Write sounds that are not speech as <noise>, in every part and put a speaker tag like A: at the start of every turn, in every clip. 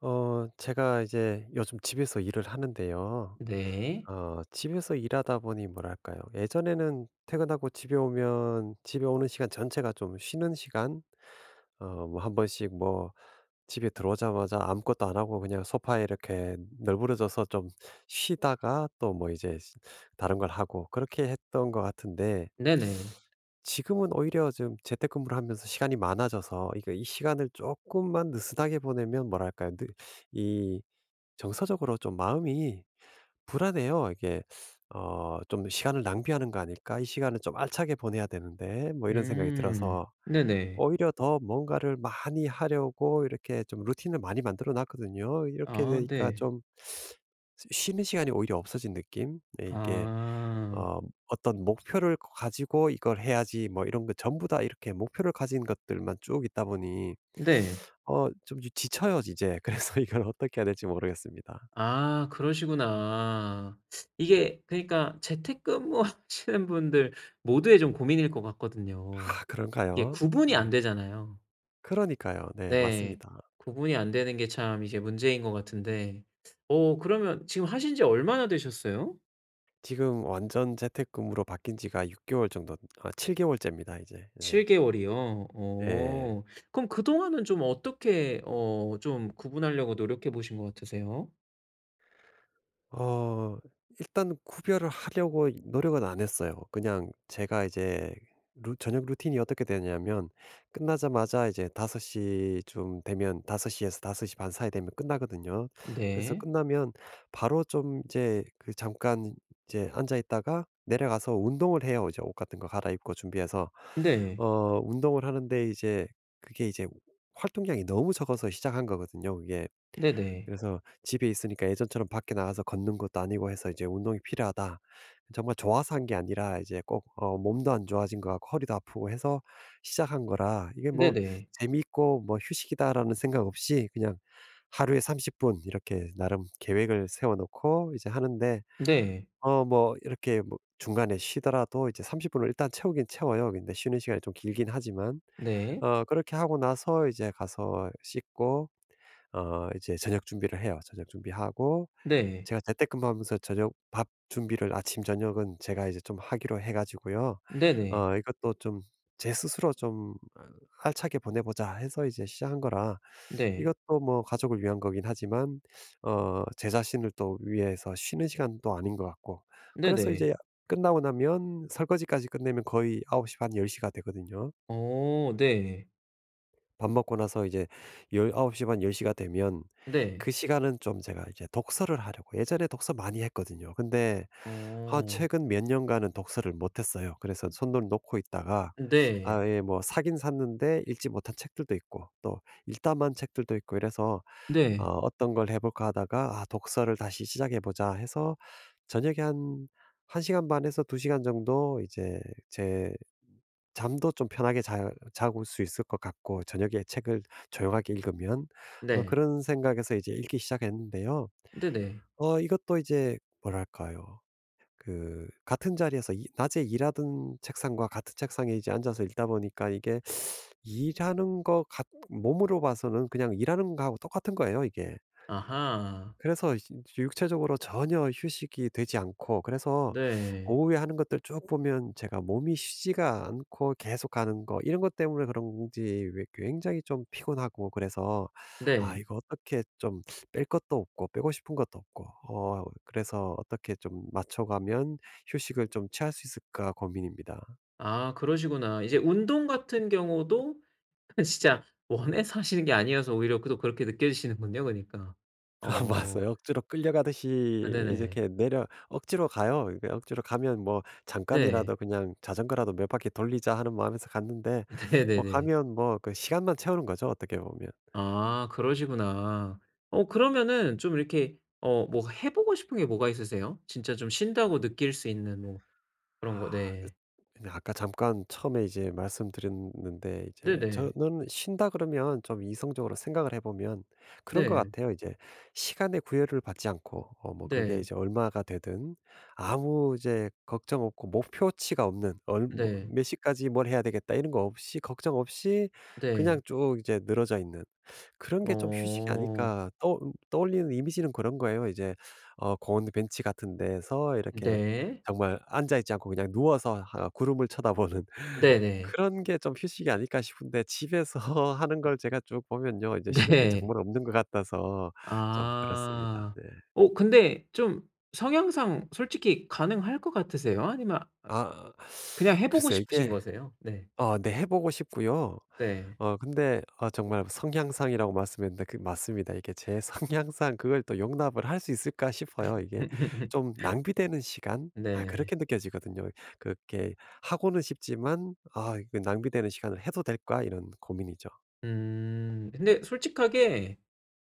A: 제가 이제 요즘 집에서 일을 하는데요.
B: 네.
A: 집에서 일하다 보니 뭐랄까요. 예전에는 퇴근하고 집에 오면 집에 오는 시간 전체가 좀 쉬는 시간, 뭐 한 번씩 뭐 집에 들어오자마자 아무것도 안 하고 그냥 소파에 이렇게 널브러져서 좀 쉬다가 또 뭐 이제 다른 걸 하고 그렇게 했던 것 같은데.
B: 네네.
A: 지금은 오히려 좀 재택근무를 하면서 시간이 많아져서 이거 이 시간을 조금만 느슨하게 보내면 뭐랄까요? 이 정서적으로 좀 마음이 불안해요. 이게, 좀 시간을 낭비하는 거 아닐까? 이 시간을 좀 알차게 보내야 되는데 뭐 이런 생각이
B: 음.
A: 들어서
B: 네네.
A: 오히려 더 뭔가를 많이 하려고 이렇게 좀 루틴을 많이 만들어 놨거든요. 이렇게
B: 아
A: 되니까
B: 네.
A: 좀 쉬는 시간이 오히려 없어진 느낌? 네, 이게
B: 아.
A: 어 어떤 목표를 가지고 '이걸 해야지.' 뭐 이런 거 전부 다 이렇게 목표를 가진 것들만 쭉 있다 보니
B: 네.
A: 좀 지쳐요 이제. 그래서 <laughs> 이걸 어떻게 해야 될지 모르겠습니다.
B: 아 그러시구나. 이게 그러니까 재택근무하시는 <laughs> 분들 모두의 좀 고민일 것 같거든요.
A: 아
B: 이게
A: 그런가요? 네.
B: 구분이 안 되잖아요.
A: 그러니까요. 네,
B: 네.
A: 맞습니다.
B: 구분이 안 되는 게 참 이제 문제인 것 같은데 그러면 지금 하신 지 얼마나 되셨어요?
A: 지금 완전 재택근무로 바뀐 지가 6 개월 정도, 아 7 개월째입니다 이제. 네.
B: 7 개월이요?
A: 네.
B: 어. 그럼 그동안은 좀 어떻게 좀 구분하려고 노력해 보신 것 같으세요?
A: 어 일단 구별을 하려고 이 노력은 안 했어요. 그냥 제가 이제, 루 저녁 루틴이 어떻게 되냐면, 끝나자마자 이제 5시쯤 되면, 5시 에서 5시 반 사이 되면 끝나거든요. 그래서
B: 네.
A: 끝나면 바로 좀 이제 그 잠깐 이제 앉아 있다가 내려가서 운동을 해요. 이제 옷 같은 거 갈아입고 준비해서.
B: 네.
A: 운동을 하는데 이제 그게 이제 활동량이 너무 적어서 시작한 거거든요 그게.
B: 네네.
A: 그래서 집에 있으니까 예전처럼 밖에 나가서 걷는 것도 아니고 해서 이제 운동이 필요하다. 정말 좋아서 한 게 아니라 이제 꼭, 몸도 안 좋아진 것 같고 허리도 아프고 해서 시작한 거라, 이게 뭐
B: 네네.
A: 재미있고 뭐 휴식이다라는 생각 없이 그냥 하루에 30분 이렇게 나름 계획을 세워 놓고 이제 하는데,
B: 네.
A: 뭐 이렇게 뭐 중간에 쉬더라도 이제 30 분을 일단 채우긴 채워요. 근데 쉬는 시간이 좀 길긴 하지만.
B: 네.
A: 그렇게 하고 나서 이제 가서 씻고, 이제 저녁 준비를 해요. 저녁 준비하고,
B: 네.
A: 제가 재택근무하면서 저녁 밥 준비를 아침 저녁은 제가 이제 좀 하기로 해 가지고요.
B: 네네.
A: 이것도 좀 제 스스로 좀, '알차게 보내보자.' 해서 이제 시작한 거라,
B: 네.
A: 이것도 뭐 가족을 위한 거긴 하지만, 제 자신을 또 위해서 쉬는 시간도 아닌 것 같고. 그래서
B: 네네.
A: 이제 끝나고 나면 설거지까지 끝내면 거의 9시1 0시가 되거든요.
B: 어 네.
A: 밥 먹고 나서 이제 19시반1 0가 되면,
B: 네.
A: 그 시간은 좀 제가 이제 독서를 하려고. 예전에 독서 많이 했거든요. 근데 아
B: 어.
A: 최근 몇 년간은 독서를 못 했어요. 그래서 손을 놓고 있다가
B: 네.
A: 아예 뭐 사긴 샀는데 읽지 못한 책들도 있고 또 읽다만 책들도 있고 이래서
B: 네.
A: '어떤 걸 해 볼까.' 하다가 '아 독서를 다시 시작해 보자.' 해서 저녁에 한 1 시간 반에서 2 시간 정도 이제 제 잠도 좀 편하게 자 자고 올 수 있을 것 같고 저녁에 책을 조용하게 읽으면,
B: 네.
A: 그런 생각에서 이제 읽기 시작했는데요.
B: 네네.
A: 이것도 이제 뭐랄까요. 그 같은 자리에서 이 낮에 일하던 책상과 같은 책상에 이제 앉아서 읽다 보니까 이게 일하는 거 같 몸으로 봐서는 그냥 일하는 거하고 똑같은 거예요 이게.
B: 아하.
A: 그래서 이 육체적으로 전혀 휴식이 되지 않고, 그래서
B: 네.
A: 오후에 하는 것들 쭉 보면 제가 몸이 쉬지가 않고 계속 가는 거 이런 것 때문에 그런지 왜 굉장히 좀 피곤하고. 그래서 '아
B: 네.
A: 이거 어떻게 좀 뺄 것도 없고 빼고 싶은 것도 없고, 그래서 어떻게 좀 맞춰 가면 휴식을 좀 취할 수 있을까?' 고민입니다.
B: 아 그러시구나. 이제 운동 같은 경우도 <laughs> 진짜 원해서 하시는 게 아니어서 오히려 그 또 그렇게 느껴지시는군요 그니까.
A: 아
B: 러
A: <laughs>
B: 어.
A: 맞아요. 억지로
B: 아
A: 끌려가듯이 이제
B: 네네.
A: 이렇게 내려 억지로 가요. 그러니까 억지로 가면 뭐
B: 네.
A: 잠깐이라도 그냥 '자전거라도 몇 바퀴 돌리자.' 하는 마음에서 갔는데,
B: <laughs>
A: 뭐
B: 네네네.
A: 가면 뭐 그 시간만 채우는 거죠 어떻게 보면.
B: 아 그러시구나. 그러면은 좀 이렇게 뭐 해 보고 싶은 게 뭐가 있으세요? 진짜 좀 쉰다고 느낄 수 있는 뭐
A: 아
B: 그런 거
A: 그,
B: 네.
A: 근데 아까 잠깐 처음에 이제 말씀드렸는데, 이제
B: 네네.
A: 저는 쉰다 그러면 좀 이성적으로 생각을 해 보면 그런 것
B: 네.
A: 같아요. 이제 시간의 구애를 받지 않고, 뭐 그게
B: 네.
A: 이제 얼마가 되든 아무 이제 걱정 없고 목표치가 없는, 얼 뭐
B: 네.
A: '몇 시까지 뭘 해야 되겠다.' 이런 거 없이 걱정 없이 그냥
B: 네.
A: 쭉 이제 늘어져 있는 그런 게 좀 휴식이
B: 어.
A: 아닐까, 떠 떠올리는 이미지는 그런 거예요. 이제 어고원 벤치 같은 데서 이렇게
B: 네.
A: 정말 앉아 있지 않고 그냥 누워서 하 구름을 쳐다보는 <laughs>
B: 네네.
A: 그런 게 좀 휴식이 아닐까 싶은데, 집에서 <laughs> 하는 걸 제가 쭉 보면요, 이제 쉬는 게
B: 네.
A: 정말 없는 것 같아서 좀 그렇습니다.
B: 아.
A: 네.
B: 근데 좀 성향상 솔직히 가능할 것 같으세요? 아니면
A: 아
B: 그냥 해 보고
A: 글쎄요.
B: 싶으신
A: 이게,
B: 거세요? 네.
A: 네 해 보고 싶고요.
B: 네.
A: 근데, 정말 성향상이라고 말씀했는데 그 맞습니다. 이게 제 성향상 그걸 또 용납을 할 수 있을까 싶어요. 이게 좀
B: <laughs>
A: 낭비되는 시간? 아
B: 네.
A: 그렇게 느껴지거든요. 그렇게 하고는 싶지만 '아 이거 낭비되는 시간을 해도 될까?' 이런 고민이죠.
B: 음. 근데 솔직하게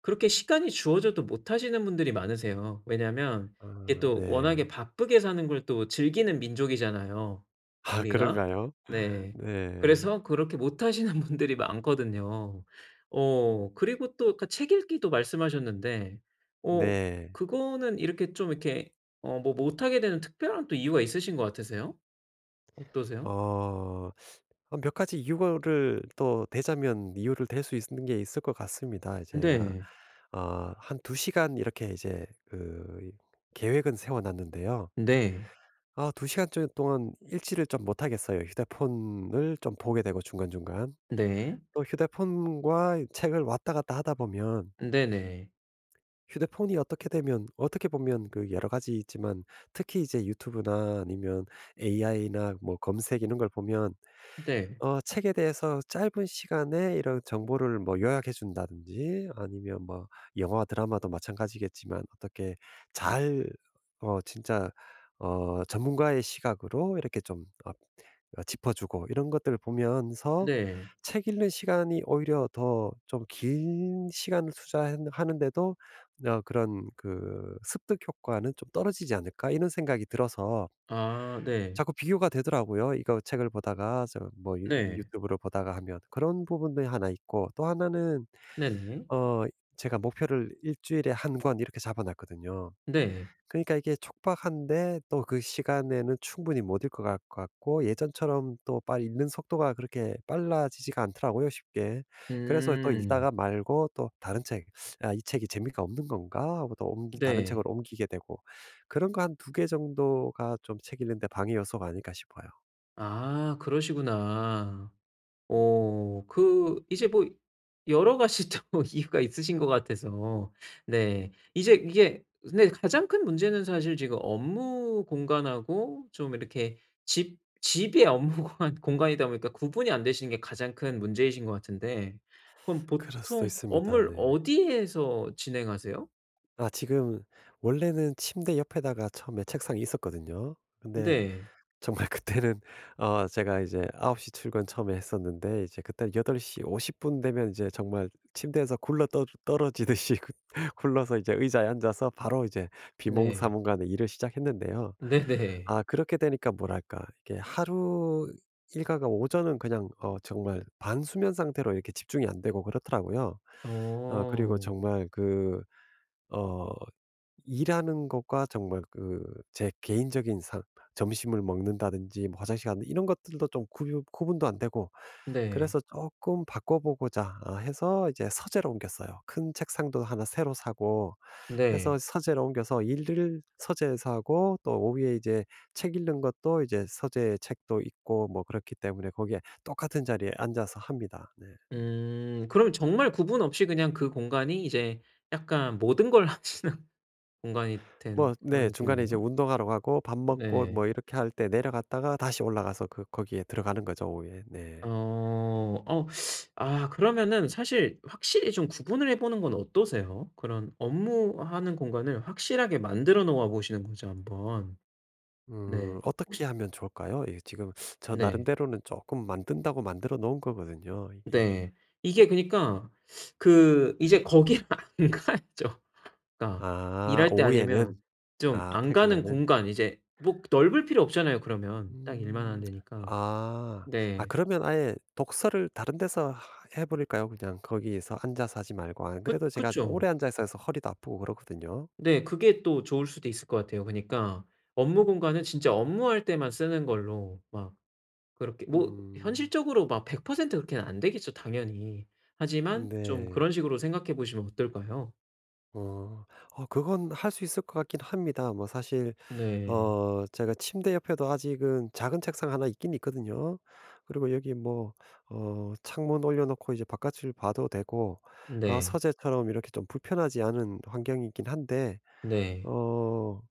B: 그렇게 시간이 주어져도 못 하시는 분들이 많으세요. 왜냐하면 이게
A: 아
B: 또 워낙에
A: 네.
B: 바쁘게 사는 걸 또 즐기는 민족이잖아요,
A: 아
B: 우리가.
A: 그런가요? <laughs>
B: 네.
A: 네.
B: 그래서 그렇게 못 하시는 <laughs> 분들이 많거든요. 그리고 또 아까 책 읽기도 말씀하셨는데 어
A: 네.
B: 그거는 이렇게 좀 이렇게 뭐 못 하게 되는 특별한 또 이유가 있으신 것 같으세요? 어떠세요?
A: 어. 아 몇 가지 이유를 또 대자면 이유를 댈 수 있는 게 있을 것 같습니다. 제가
B: 네.
A: 한2 시간 이렇게 이제 그 계획은 세워 놨는데요.
B: 네.
A: 아 2 시간 저 동안 일지를 좀 못하겠어요. 휴대폰을 좀 보게 되고 중간중간.
B: 네.
A: 또 휴대폰과 책을 왔다 갔다 하다 보면
B: 네네.
A: 휴대폰이 어떻게 되면, 어떻게 보면 그 여러 가지 있지만 특히 이제 유튜브나 아니면 AI나 뭐 검색 이런 걸 보면,
B: 네.
A: 책에 대해서 짧은 시간에 이런 정보를 뭐 요약해 준다든지 아니면 뭐 영화 드라마도 마찬가지겠지만 어떻게 잘, 진짜, 전문가의 시각으로 이렇게 좀 짚어 주고 이런 것들을 보면서
B: 네.
A: 책 읽는 시간이 오히려 더 좀 긴 시간을 투자 하는데도 그런 그 '습득 효과는 좀 떨어지지 않을까?' 이런 생각이 들어서
B: 아 네.
A: 자꾸 비교가 되더라고요. 이거 책을 보다가 저 뭐 유
B: 네.
A: 튜브를 보다가 하면. 그런 부분도 하나 있고 또 하나는,
B: 네네.
A: 어 제가 목표를 일 주일에 한 권 이렇게 잡아 놨거든요.
B: 네.
A: 그러니까 이게 촉박한데 또 그 시간에는 충분히 못 읽을 것 같고 예전처럼 또 빨리 읽는 속도가 그렇게 빨라지지가 않더라고요 쉽게. 그래서 또
B: 음.
A: 읽다가 말고 또 다른 책, '아 이 책이 재미가 없는 건가?' 하고 또 옮기 다른
B: 네.
A: 책으로 옮기게 되고, 그런 거 한 두 개 정도가 좀 책 읽는 데 방해 요소가 아닐까 싶어요.
B: 아 그러시구나. 그 이제 뭐 여러 가지 또 <laughs> 이유가 있으신 것 같아서 네. 이제 이게 근데 가장 큰 문제는 사실 지금 업무 공간하고 좀 이렇게 집 집의 업무 <laughs> 공간이다 보니까 구분이 안 되시는 게 가장 큰 문제이신 것 같은데 그럼
A: 그럴 수도
B: 보통
A: 있습니다.
B: 업무를
A: 네.
B: 어디에서 진행하세요?
A: 아 지금 원래는 침대 옆에다가 처음에 책상이 있었거든요. 근데
B: 네.
A: 정말 그때는 <laughs> 제가 이제 9시 출근 처음에 했었는데, 이제 그때 8시 50분 되면 이제 정말 침대에서 굴러 떠 떨어지듯이 <laughs> 굴러서 이제 의자에 앉아서 바로 이제
B: 네.
A: 비몽사몽간에 일을 시작했는데요.
B: <laughs> 네네.
A: 아 그렇게 되니까 뭐랄까, 이게 하루 일과가 오전은 그냥, 정말 반수면 상태로 이렇게 집중이 안 되고 그렇더라고요. 그리고
B: 어.
A: 정말 그, 어 일하는 것과 정말 그 제 개인적인 삶, 점심을 먹는다든지 뭐 화장실 가는 이런 것들도 좀 구분도 안 되고.
B: 네.
A: 그래서 조금 바꿔 보고자 아 해서 이제 서재로 옮겼어요. 큰 책상도 하나 새로 사고 해서
B: 네.
A: 서재로 옮겨서 일을 서재에서 하고, 또 오후에 이제 책 읽는 것도 이제 서재에 책도 있고 뭐 그렇기 때문에 거기에 똑같은 자리에 앉아서 합니다. 네.
B: 그럼 정말 구분 없이 그냥 그 공간이 이제 약간 모든 걸 <laughs> 하시는 공간이 된
A: 뭐
B: 그런
A: 네. 중간에 이제
B: 느낌이네요.
A: 운동하러 가고 밥 먹고
B: 네.
A: 뭐 이렇게 할 때 내려갔다가 다시 올라가서 그 거기에 들어가는 거죠, 오후에. 네.
B: 어. 어 아 그러면은 사실 확실히 좀 구분을 해 보는 건 어떠세요? 그런 업무하는 공간을 확실하게 만들어 놓아 보시는 거죠 한번. 네.
A: 음, 어떻게 하면 좋을까요? 이게 지금 저
B: 네.
A: 나름대로는 조금 만든다고 만들어 놓은 거거든요, 이게.
B: 네. 이게 그니까 그 이제 거기를 <laughs> 안 가야죠. 그러니까
A: 아
B: 일할 때 아니면
A: 오후에는?
B: 좀
A: 아
B: 안 가는
A: 퇴근에는?
B: 공간 이제 뭐 넓을 필요 없잖아요 그러면. 딱 일만 하면
A: 음.
B: 되니까.
A: 아. 아
B: 네.
A: 그러면 아예 독서를 다른 데서 해 버릴까요? 그냥 거기에서 앉아서 하지 말고. 안
B: 그
A: 그래도 제가
B: 그쵸.
A: 오래 앉아서 해서 허리도 아프고 그렇거든요.
B: 네. 그게 또 좋을 수도 있을 것 같아요. 그니까 업무 공간은 진짜 업무할 때만 쓰는 걸로 막 그렇게 뭐
A: 음.
B: 현실적으로 막 100% 그렇게는 안 되겠죠 당연히. 하지만 좀
A: 네.
B: 그런 식으로 생각해 보시면 어떨까요?
A: 어. 그건 할 수 있을 것 같긴 합니다. 뭐 사실,
B: 네.
A: 제가 침대 옆에도 아직은 작은 책상 하나 있긴 있거든요. 그리고 여기 뭐, 창문 올려 놓고 이제 바깥을 봐도 되고. 아
B: 네.
A: 서재처럼 이렇게 좀 불편하지 않은 환경이긴 한데,
B: 네.
A: 어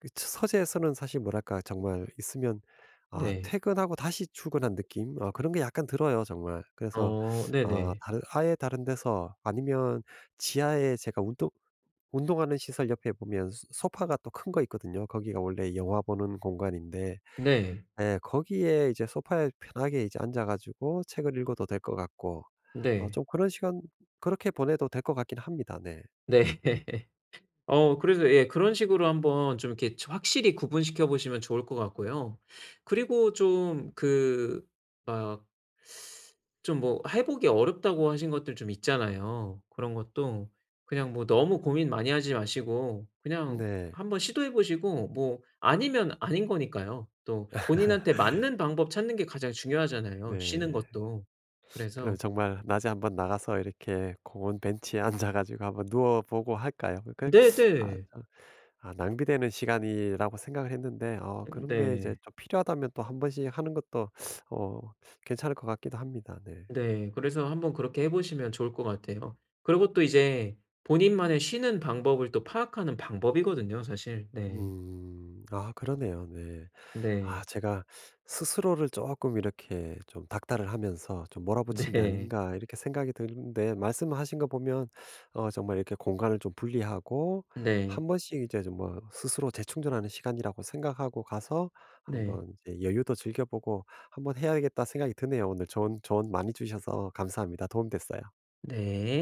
A: 그 서재에서는 사실 뭐랄까 정말 있으면, 아
B: 네.
A: 퇴근하고 다시 출근한 느낌? 아, 그런 게 약간 들어요 정말. 그래서
B: 어
A: 아
B: 네네.
A: 다른 아예 다른 데서, 아니면 지하에 제가 운동하는 시설 옆에 보면 소 소파가 또 큰 거 있거든요. 거기가 원래 영화 보는 공간인데
B: 네.
A: 예, 거기에 이제 소파에 편하게 이제 앉아 가지고 책을 읽어도 될 것 같고,
B: 네.
A: 좀 그런 시간, 그렇게 보내도 될 것 같긴 합니다. 네.
B: 네. 어 그래서 예 그런 식으로 한번 좀 이렇게 저 확실히 구분시켜 보시면 좋을 것 같고요. 그리고 좀 그 막 좀 뭐 해 보기 어렵다고 하신 것들 좀 있잖아요. 그런 것도 그냥 뭐 너무 고민 많이 하지 마시고 그냥
A: 네.
B: 한번 시도해 보시고 뭐 아니면 아닌 거니까요. 또 본인한테 맞는 방법 찾는 게 가장 중요하잖아요
A: 네.
B: 쉬는 것도.
A: 그럼
B: 그래서
A: 정말 낮에 한번 나가서 이렇게 공원 벤치에 <laughs> 앉아 가지고 한번 누워 보고 할까요? 아
B: 네네.
A: 참 아 낭비되는 시간이라고 생각을 했는데, 그런 게 이제
B: 네.
A: 좀 필요하다면 또 한 번씩 하는 것도 어 괜찮을 것 같기도 합니다. 네.
B: 네. 그래서 한번 그렇게 해 보시면 좋을 것 같아요. 그리고 또 이제 본인만의 쉬는 방법을 또 파악하는 방법이거든요 사실. 네.
A: 음. 아 그러네요. 네. 아
B: 네.
A: 제가 스스로를 조금 이렇게 좀 닥달을 하면서 좀 '몰아붙인 게
B: 네.
A: 아닌가.' 이렇게 생각이 드는데 말씀하신 거 보면, 정말 이렇게 공간을 좀 분리하고,
B: 네.
A: 한 번씩 이제 좀 뭐 스스로 재충전하는 시간이라고 생각하고 가서
B: 네.
A: 한번 이제 여유도 즐겨 보고, '한번 해야겠다.' 생각이 드네요. 오늘 좋은 조언 많이 주셔서 감사합니다. 도움 됐어요.
B: 네.